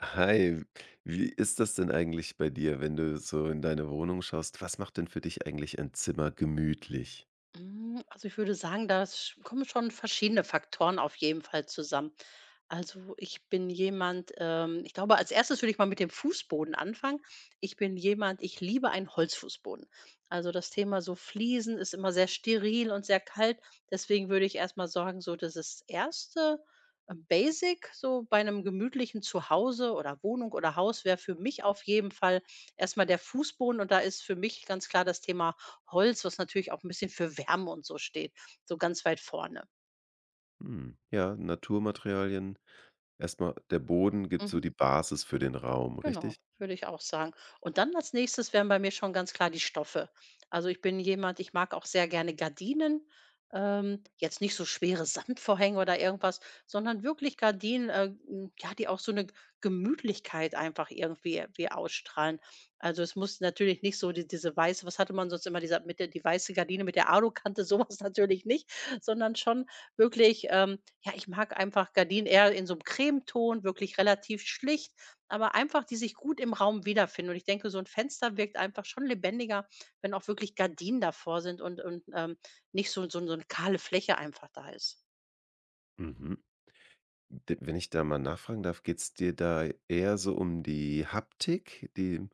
Hi, wie ist das denn eigentlich bei dir, wenn du so in deine Wohnung schaust? Was macht denn für dich eigentlich ein Zimmer gemütlich? Also, ich würde sagen, da kommen schon verschiedene Faktoren auf jeden Fall zusammen. Also, ich bin jemand, ich glaube, als Erstes würde ich mal mit dem Fußboden anfangen. Ich bin jemand, ich liebe einen Holzfußboden. Also, das Thema so Fliesen ist immer sehr steril und sehr kalt. Deswegen würde ich erstmal mal sagen, so das ist das erste Basic so bei einem gemütlichen Zuhause oder Wohnung oder Haus wäre für mich auf jeden Fall erstmal der Fußboden und da ist für mich ganz klar das Thema Holz, was natürlich auch ein bisschen für Wärme und so steht, so ganz weit vorne. Hm, ja, Naturmaterialien. Erstmal der Boden gibt so Mhm. die Basis für den Raum, Genau, richtig? würde ich auch sagen. Und dann als nächstes wären bei mir schon ganz klar die Stoffe. Also ich bin jemand, ich mag auch sehr gerne Gardinen. Jetzt nicht so schwere Samtvorhänge oder irgendwas, sondern wirklich Gardinen, ja, die auch so eine Gemütlichkeit einfach irgendwie wie ausstrahlen. Also es muss natürlich nicht so die, diese weiße, was hatte man sonst immer, dieser, mit der, die weiße Gardine mit der Alukante, sowas natürlich nicht, sondern schon wirklich, ja, ich mag einfach Gardinen eher in so einem Cremeton, wirklich relativ schlicht aber einfach, die sich gut im Raum wiederfinden. Und ich denke, so ein Fenster wirkt einfach schon lebendiger, wenn auch wirklich Gardinen davor sind und nicht so 'ne kahle Fläche einfach da ist. Mhm. D- Wenn ich da mal nachfragen darf, geht es dir da eher so um die Haptik, die,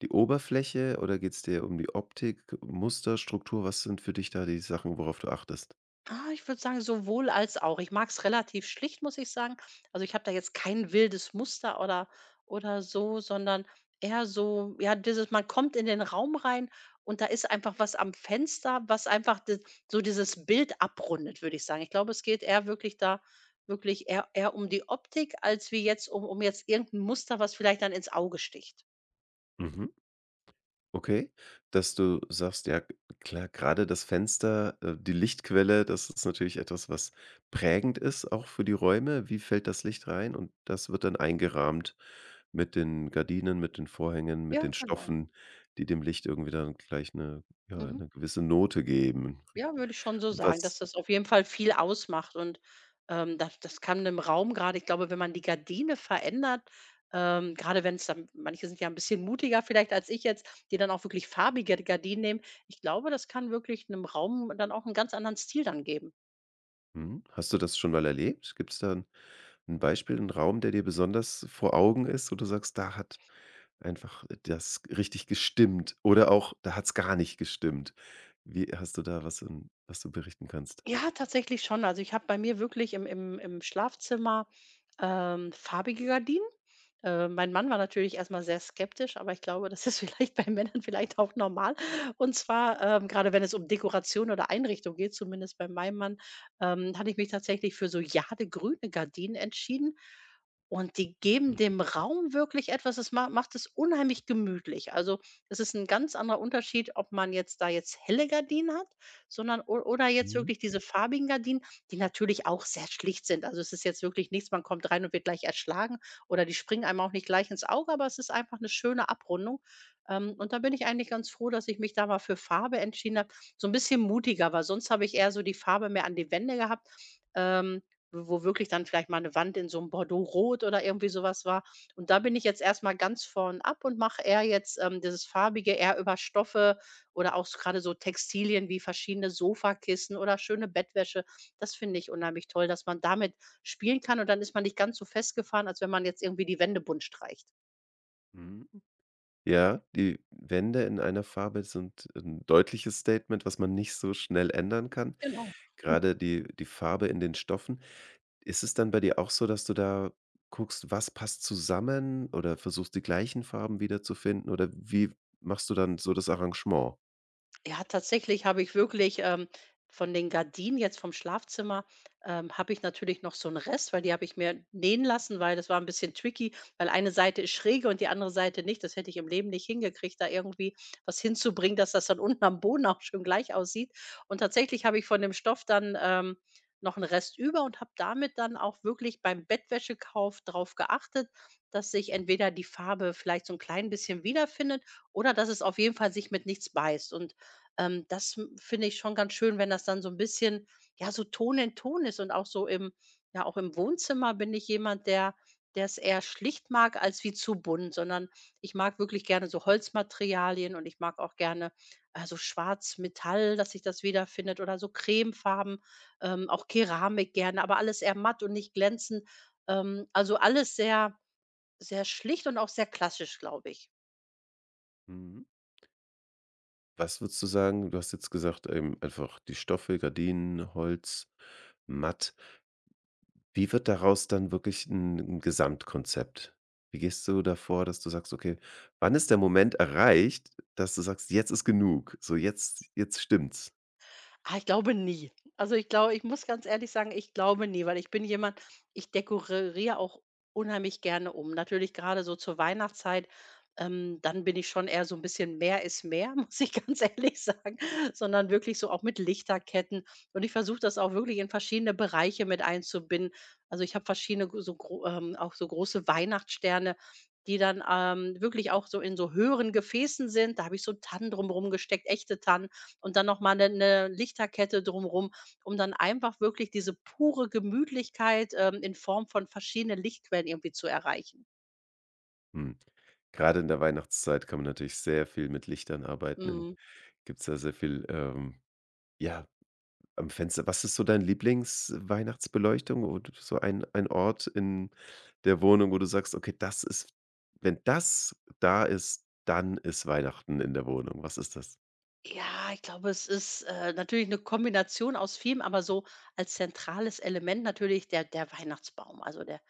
die Oberfläche, oder geht es dir um die Optik, Muster, Struktur? Was sind für dich da die Sachen, worauf du achtest? Ah, ich würde sagen, sowohl als auch. Ich mag es relativ schlicht, muss ich sagen. Also, ich habe da jetzt kein wildes Muster oder so, sondern eher so, ja, dieses man kommt in den Raum rein und da ist einfach was am Fenster, was einfach d so dieses Bild abrundet, würde ich sagen. Ich glaube, es geht eher wirklich da wirklich eher um die Optik als wie jetzt um jetzt irgendein Muster, was vielleicht dann ins Auge sticht. Okay, dass du sagst, ja klar, gerade das Fenster, die Lichtquelle, das ist natürlich etwas, was prägend ist auch für die Räume. Wie fällt das Licht rein? Und das wird dann eingerahmt mit den Gardinen, mit den Vorhängen, mit Ja, den genau. Stoffen, die dem Licht irgendwie dann gleich eine, ja, Mhm. 'ne gewisse Note geben. Ja, würde ich schon so sagen, Was dass das auf jeden Fall viel ausmacht und, das kann im Raum gerade ich glaube, wenn man die Gardine verändert, gerade wenn es dann manche sind ja ein bisschen mutiger vielleicht als ich jetzt, die dann auch wirklich farbige Gardinen nehmen. Ich glaube, das kann wirklich einem Raum dann auch einen ganz anderen Stil dann geben. Mhm, hast du das schon mal erlebt? Gibt's da 'n ein Beispiel, einen Raum, der dir besonders vor Augen ist, wo du sagst: „Da hat einfach das richtig gestimmt, oder auch, da hat's gar nicht gestimmt.“ Wie hast du da, was in, was du berichten kannst? Ja, tatsächlich schon. Also, ich habe bei mir wirklich im Schlafzimmer, farbige Gardinen. Mein Mann war natürlich erst mal sehr skeptisch, aber ich glaube, das ist vielleicht bei Männern vielleicht auch normal. Und zwar, grade wenn es um Dekoration oder Einrichtung geht, zumindest bei meinem Mann, hatte ich mich tatsächlich für so jadegrüne Gardinen entschieden. Und die geben dem Raum wirklich etwas, das ma macht es unheimlich gemütlich. Also, es ist ein ganz anderer Unterschied, ob man jetzt da jetzt helle Gardinen hat sondern o oder jetzt Mhm. wirklich diese farbigen Gardinen, die natürlich auch sehr schlicht sind. Also, es ist jetzt wirklich nichts, man kommt rein und wird gleich erschlagen oder die springen einem auch nicht gleich ins Auge, aber es ist einfach eine schöne Abrundung. Und da bin ich eigentlich ganz froh, dass ich mich da mal für Farbe entschieden habe. So ein bisschen mutiger, weil sonst habe ich eher so die Farbe mehr an die Wände gehabt, ähm, wo wirklich dann vielleicht mal eine Wand in so einem Bordeaux rot oder irgendwie sowas war. Und da bin ich jetzt erst mal ganz vorn ab und mache eher jetzt, dieses Farbige eher über Stoffe oder auch s grade so Textilien wie verschiedene Sofakissen oder schöne Bettwäsche. Das finde ich unheimlich toll, dass man damit spielen kann und dann ist man nicht ganz so festgefahren, als wenn man jetzt irgendwie die Wände bunt streicht. Mhm. Ja, die Wände in einer Farbe sind 'n deutliches Statement, was man nicht so schnell ändern kann. Genau. Grade die Farbe in den Stoffen. Ist es dann bei dir auch so, dass du da guckst, was passt zusammen, oder versuchst, die gleichen Farben wiederzufinden, oder wie machst du dann so das Arrangement? Ja, tatsächlich habe ich wirklich von den Gardinen jetzt vom Schlafzimmer habe ich natürlich noch so einen Rest, weil die habe ich mir nähen lassen, weil das war ein bisschen tricky, weil eine Seite ist schräge und die andere Seite nicht. Das hätte ich im Leben nicht hingekriegt, da irgendwie was hinzubringen, dass das dann unten am Boden auch schön gleich aussieht. Und tatsächlich habe ich von dem Stoff dann, noch einen Rest über und habe damit dann auch wirklich beim Bettwäschekauf darauf geachtet, dass sich entweder die Farbe vielleicht so ein klein bisschen wiederfindet oder dass es auf jeden Fall sich mit nichts beißt. Und das m finde ich schon ganz schön, wenn das dann so ein bisschen, ja, so Ton in Ton ist und auch so im ja, auch im Wohnzimmer bin ich jemand, der der's eher schlicht mag als wie zu bunt, sondern ich mag wirklich gerne so Holzmaterialien und ich mag auch gerne, so Schwarz-Metall, dass sich das wiederfindet oder so Cremefarben, auch Keramik gerne, aber alles eher matt und nicht glänzend. Also alles sehr, sehr schlicht und auch sehr klassisch, glaube ich. Mhm. Was würdest du sagen? Du hast jetzt gesagt, einfach die Stoffe, Gardinen, Holz, matt. Wie wird daraus dann wirklich ein 'n Gesamtkonzept? Wie gehst du davor, dass du sagst: „Okay, wann ist der Moment erreicht, dass du sagst: ‚Jetzt ist genug, so, jetzt stimmt's?'“ Ah, ich glaube nie. Also, ich glaube ich muss ganz ehrlich sagen, ich glaube nie, weil ich bin jemand, ich dekoriere auch unheimlich gerne um. Natürlich gerade so zur Weihnachtszeit, dann bin ich schon eher so ein bisschen mehr ist mehr, muss ich ganz ehrlich sagen, sondern wirklich so auch mit Lichterketten. Und ich versuche das auch wirklich in verschiedene Bereiche mit einzubinden. Also, ich habe verschiedene g so gro auch so große Weihnachtssterne, die dann, wirklich auch so in so höheren Gefäßen sind. Da habe ich so Tannen drumherum gesteckt, echte Tannen und dann noch mal 'ne Lichterkette drumrum, um dann einfach wirklich diese pure Gemütlichkeit, in Form von verschiedenen Lichtquellen irgendwie zu erreichen. Hm, grade in der Weihnachtszeit kann man natürlich sehr viel mit Lichtern arbeiten. Dann Mhm. gibt's da sehr viel, ja, am Fenster. Was ist so dein Lieblingsweihnachtsbeleuchtung oder so ein Ort in der Wohnung, wo du sagst: „Okay, das ist, wenn das da ist, dann ist Weihnachten in der Wohnung.“ Was ist das? Ja, ich glaube, es ist, natürlich eine Kombination aus vielem, aber so als zentrales Element natürlich der Weihnachtsbaum. Also, der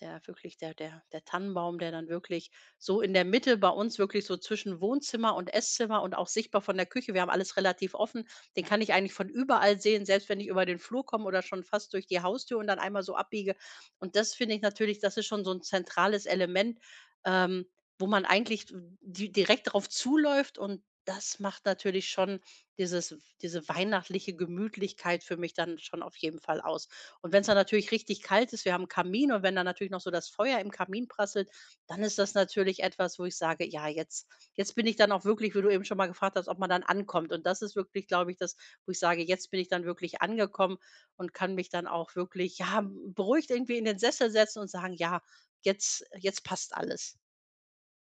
der wirklich der der der Tannenbaum, der dann wirklich so in der Mitte bei uns wirklich so zwischen Wohnzimmer und Esszimmer und auch sichtbar von der Küche wir haben alles relativ offen. Den kann ich eigentlich von überall sehen, selbst wenn ich über den Flur komme oder schon fast durch die Haustür und dann einmal so abbiege. Und das finde ich natürlich das ist schon so ein zentrales Element, ähm, wo man eigentlich d direkt drauf zuläuft und das macht natürlich schon diese weihnachtliche Gemütlichkeit für mich dann schon auf jeden Fall aus. Und wenn es dann natürlich richtig kalt ist, wir haben 'n Kamin und wenn dann natürlich noch so das Feuer im Kamin prasselt, dann ist das natürlich etwas, wo ich sage: „Ja, jetzt bin ich dann auch wirklich", wie du eben schon mal gefragt hast, ob man dann ankommt. Und das ist wirklich, glaube ich, das, wo ich sage: „Jetzt bin ich dann wirklich angekommen und kann mich dann auch wirklich, ja, beruhigt irgendwie in den Sessel setzen und sagen: 'Ja, jetzt passt alles.'"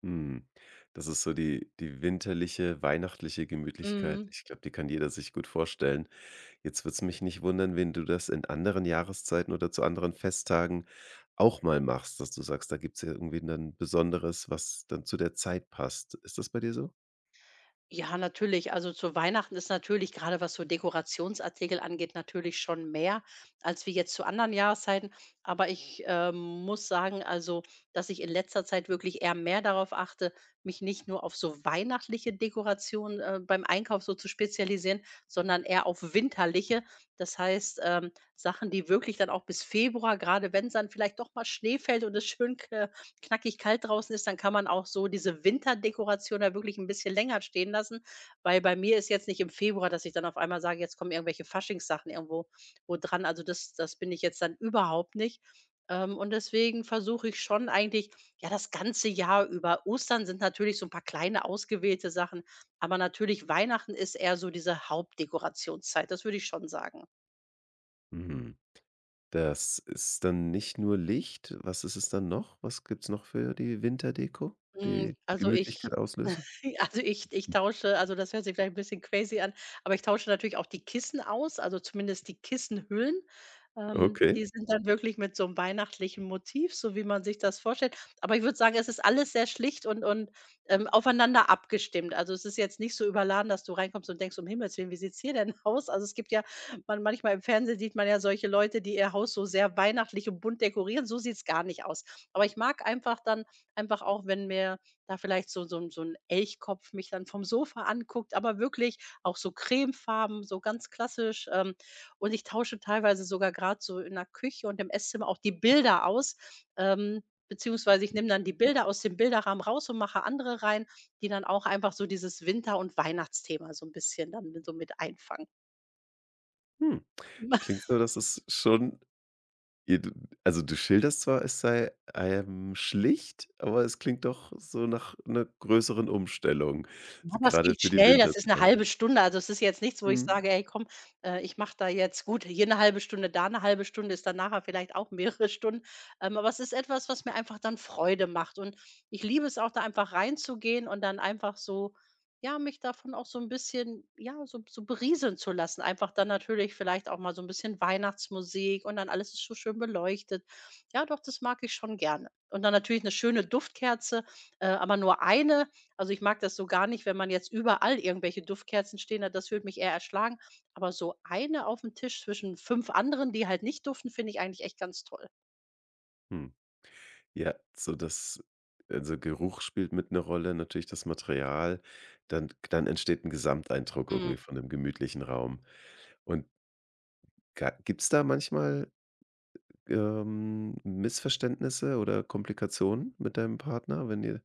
Hm, das ist so die die winterliche, weihnachtliche Gemütlichkeit. Mhm. Ich glaube, die kann jeder sich gut vorstellen. Jetzt würde es mich nicht wundern, wenn du das in anderen Jahreszeiten oder zu anderen Festtagen auch mal machst, dass du sagst, da gibt's ja irgendwie dann Besonderes, was dann zu der Zeit passt. Ist das bei dir so? Ja, natürlich. Also zu Weihnachten ist natürlich, gerade was so Dekorationsartikel angeht, natürlich schon mehr als wie jetzt zu anderen Jahreszeiten. Aber ich muss sagen, also, dass ich in letzter Zeit wirklich eher mehr darauf achte, mich nicht nur auf so weihnachtliche Dekorationen beim Einkauf so zu spezialisieren, sondern eher auf winterliche. Das heißt, Sachen, die wirklich dann auch bis Februar, gerade wenn es dann vielleicht doch mal Schnee fällt und es schön knackig kalt draußen ist, dann kann man auch so diese Winterdekoration da wirklich ein bisschen länger stehen lassen, weil bei mir ist jetzt nicht im Februar, dass ich dann auf einmal sage, jetzt kommen irgendwelche Faschingssachen irgendwo wo dran. Also, das bin ich jetzt dann überhaupt nicht. Und deswegen versuche ich schon eigentlich, ja, das ganze Jahr über Ostern sind natürlich so ein paar kleine ausgewählte Sachen, aber natürlich Weihnachten ist eher so diese Hauptdekorationszeit, das würde ich schon sagen. Mhm. Das ist dann nicht nur Licht. Was ist es dann noch? Was gibt's noch für die Winterdeko, die Also Gemütlichkeit ich auslösen? Also ich Hm, tausche also das hört sich vielleicht 'n bisschen crazy an, aber ich tausche natürlich auch die Kissen aus, also zumindest die Kissenhüllen. Okay. Die sind dann wirklich mit so 'nem weihnachtlichen Motiv, so wie man sich das vorstellt. Aber ich würde sagen, es ist alles sehr schlicht und aufeinander abgestimmt. Also, es ist jetzt nicht so überladen, dass du reinkommst und denkst: „Um Himmels willen, wie sieht's hier denn aus?" Also, es gibt ja manchmal im Fernsehen sieht man ja solche Leute, die ihr Haus so sehr weihnachtlich und bunt dekorieren. So sieht's gar nicht aus. Aber ich mag einfach dann Einfach auch, wenn mir da vielleicht so 'n Elchkopf mich dann vom Sofa anguckt, aber wirklich auch so cremefarben, so ganz klassisch. Und ich tausche teilweise sogar gerade so in der Küche und im Esszimmer auch die Bilder aus, ähm, beziehungsweise ich nehme dann die Bilder aus dem Bilderrahmen raus und mache andere rein, die dann auch einfach so dieses Winter und Weihnachtsthema so ein bisschen dann so mit einfangen. Hm. Klingt so, dass es schon, ja, du, also, du schilderst zwar, es sei, schlicht, aber es klingt doch so nach 'ner größeren Umstellung, Aber es grade geht für die schnell, das ist 'ne Winterzeit. halbe Stunde. Also, es ist jetzt nichts, wo ich Mhm. sage: „Ey, komm, ich mache da jetzt" gut, hier 'ne halbe Stunde, da 'ne halbe Stunde ist dann nachher vielleicht auch mehrere Stunden. Aber es ist etwas, was mir einfach dann Freude macht. Und ich liebe es auch, da einfach reinzugehen und dann einfach so ja, mich davon auch so 'n bisschen, ja, so berieseln zu lassen. Einfach dann natürlich vielleicht auch mal so 'n bisschen Weihnachtsmusik und dann alles ist so schön beleuchtet. Ja, doch, das mag ich schon gerne. Und dann natürlich 'ne schöne Duftkerze, aber nur eine also, ich mag das so gar nicht, wenn man jetzt überall irgendwelche Duftkerzen stehen hat, das würde mich eher erschlagen. Aber so eine auf dem Tisch zwischen 5 anderen, die halt nicht duften, finde ich eigentlich echt ganz toll. Mhm. Ja, so das, also, Geruch spielt mit 'ne Rolle, natürlich das Material. Dann entsteht 'n Gesamteindruck Mhm. irgendwie von 'nem gemütlichen Raum. Und ga gibt's da manchmal, Missverständnisse oder Komplikationen mit deinem Partner, wenn ihr,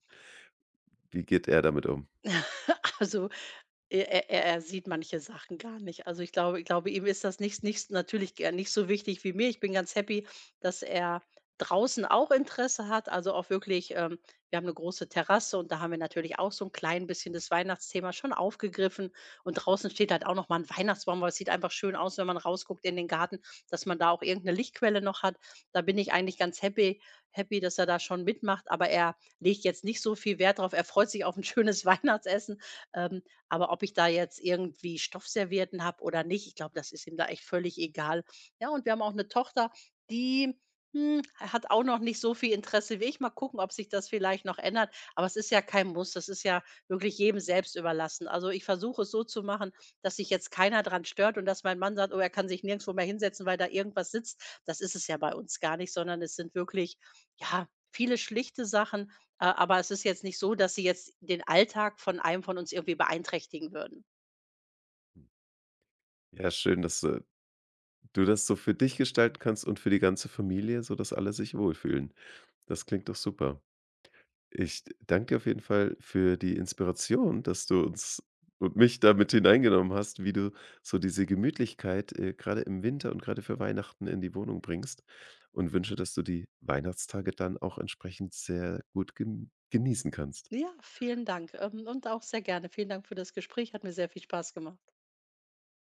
wie geht er damit um? Also, Er sieht manche Sachen gar nicht. Also, ich glaube, ihm ist das nicht nicht natürlich g nicht so wichtig wie mir. Ich bin ganz happy, dass er draußen auch Interesse hat, also auch wirklich wir haben eine große Terrasse und da haben wir natürlich auch so ein klein bisschen das Weihnachtsthema schon aufgegriffen und draußen steht halt auch noch mal 'n Weihnachtsbaum, weil es sieht einfach schön aus, wenn man rausguckt in den Garten, dass man da auch irgendeine Lichtquelle noch hat. Da bin ich eigentlich ganz happy, dass er da schon mitmacht, aber er legt jetzt nicht so viel Wert drauf. Er freut sich auf ein schönes Weihnachtsessen, ähm, aber ob ich da jetzt irgendwie Stoffservietten habe oder nicht, ich glaube, das ist ihm da echt völlig egal. Ja, und wir haben auch eine Tochter, die, hat auch noch nicht so viel Interesse wie ich. Mal gucken, ob sich das vielleicht noch ändert. Aber es ist ja kein Muss. Das ist ja wirklich jedem selbst überlassen. Also, ich versuche es so zu machen, dass sich jetzt keiner dran stört und dass mein Mann sagt: „Oh, er kann sich nirgendwo mehr hinsetzen, weil da irgendwas sitzt." Das ist es ja bei uns gar nicht, sondern es sind wirklich, ja, viele schlichte Sachen, aber es ist jetzt nicht so, dass sie jetzt den Alltag von einem von uns irgendwie beeinträchtigen würden. Ja, schön, dass, du das so für dich gestalten kannst und für die ganze Familie, sodass alle sich wohlfühlen. Das klingt doch super. Ich danke auf jeden Fall für die Inspiration, dass du uns und mich damit hineingenommen hast, wie du so diese Gemütlichkeit, grade im Winter und gerade für Weihnachten in die Wohnung bringst, und wünsche, dass du die Weihnachtstage dann auch entsprechend sehr gut gen genießen kannst. Ja, vielen Dank, und auch sehr gerne. Vielen Dank für das Gespräch, hat mir sehr viel Spaß gemacht.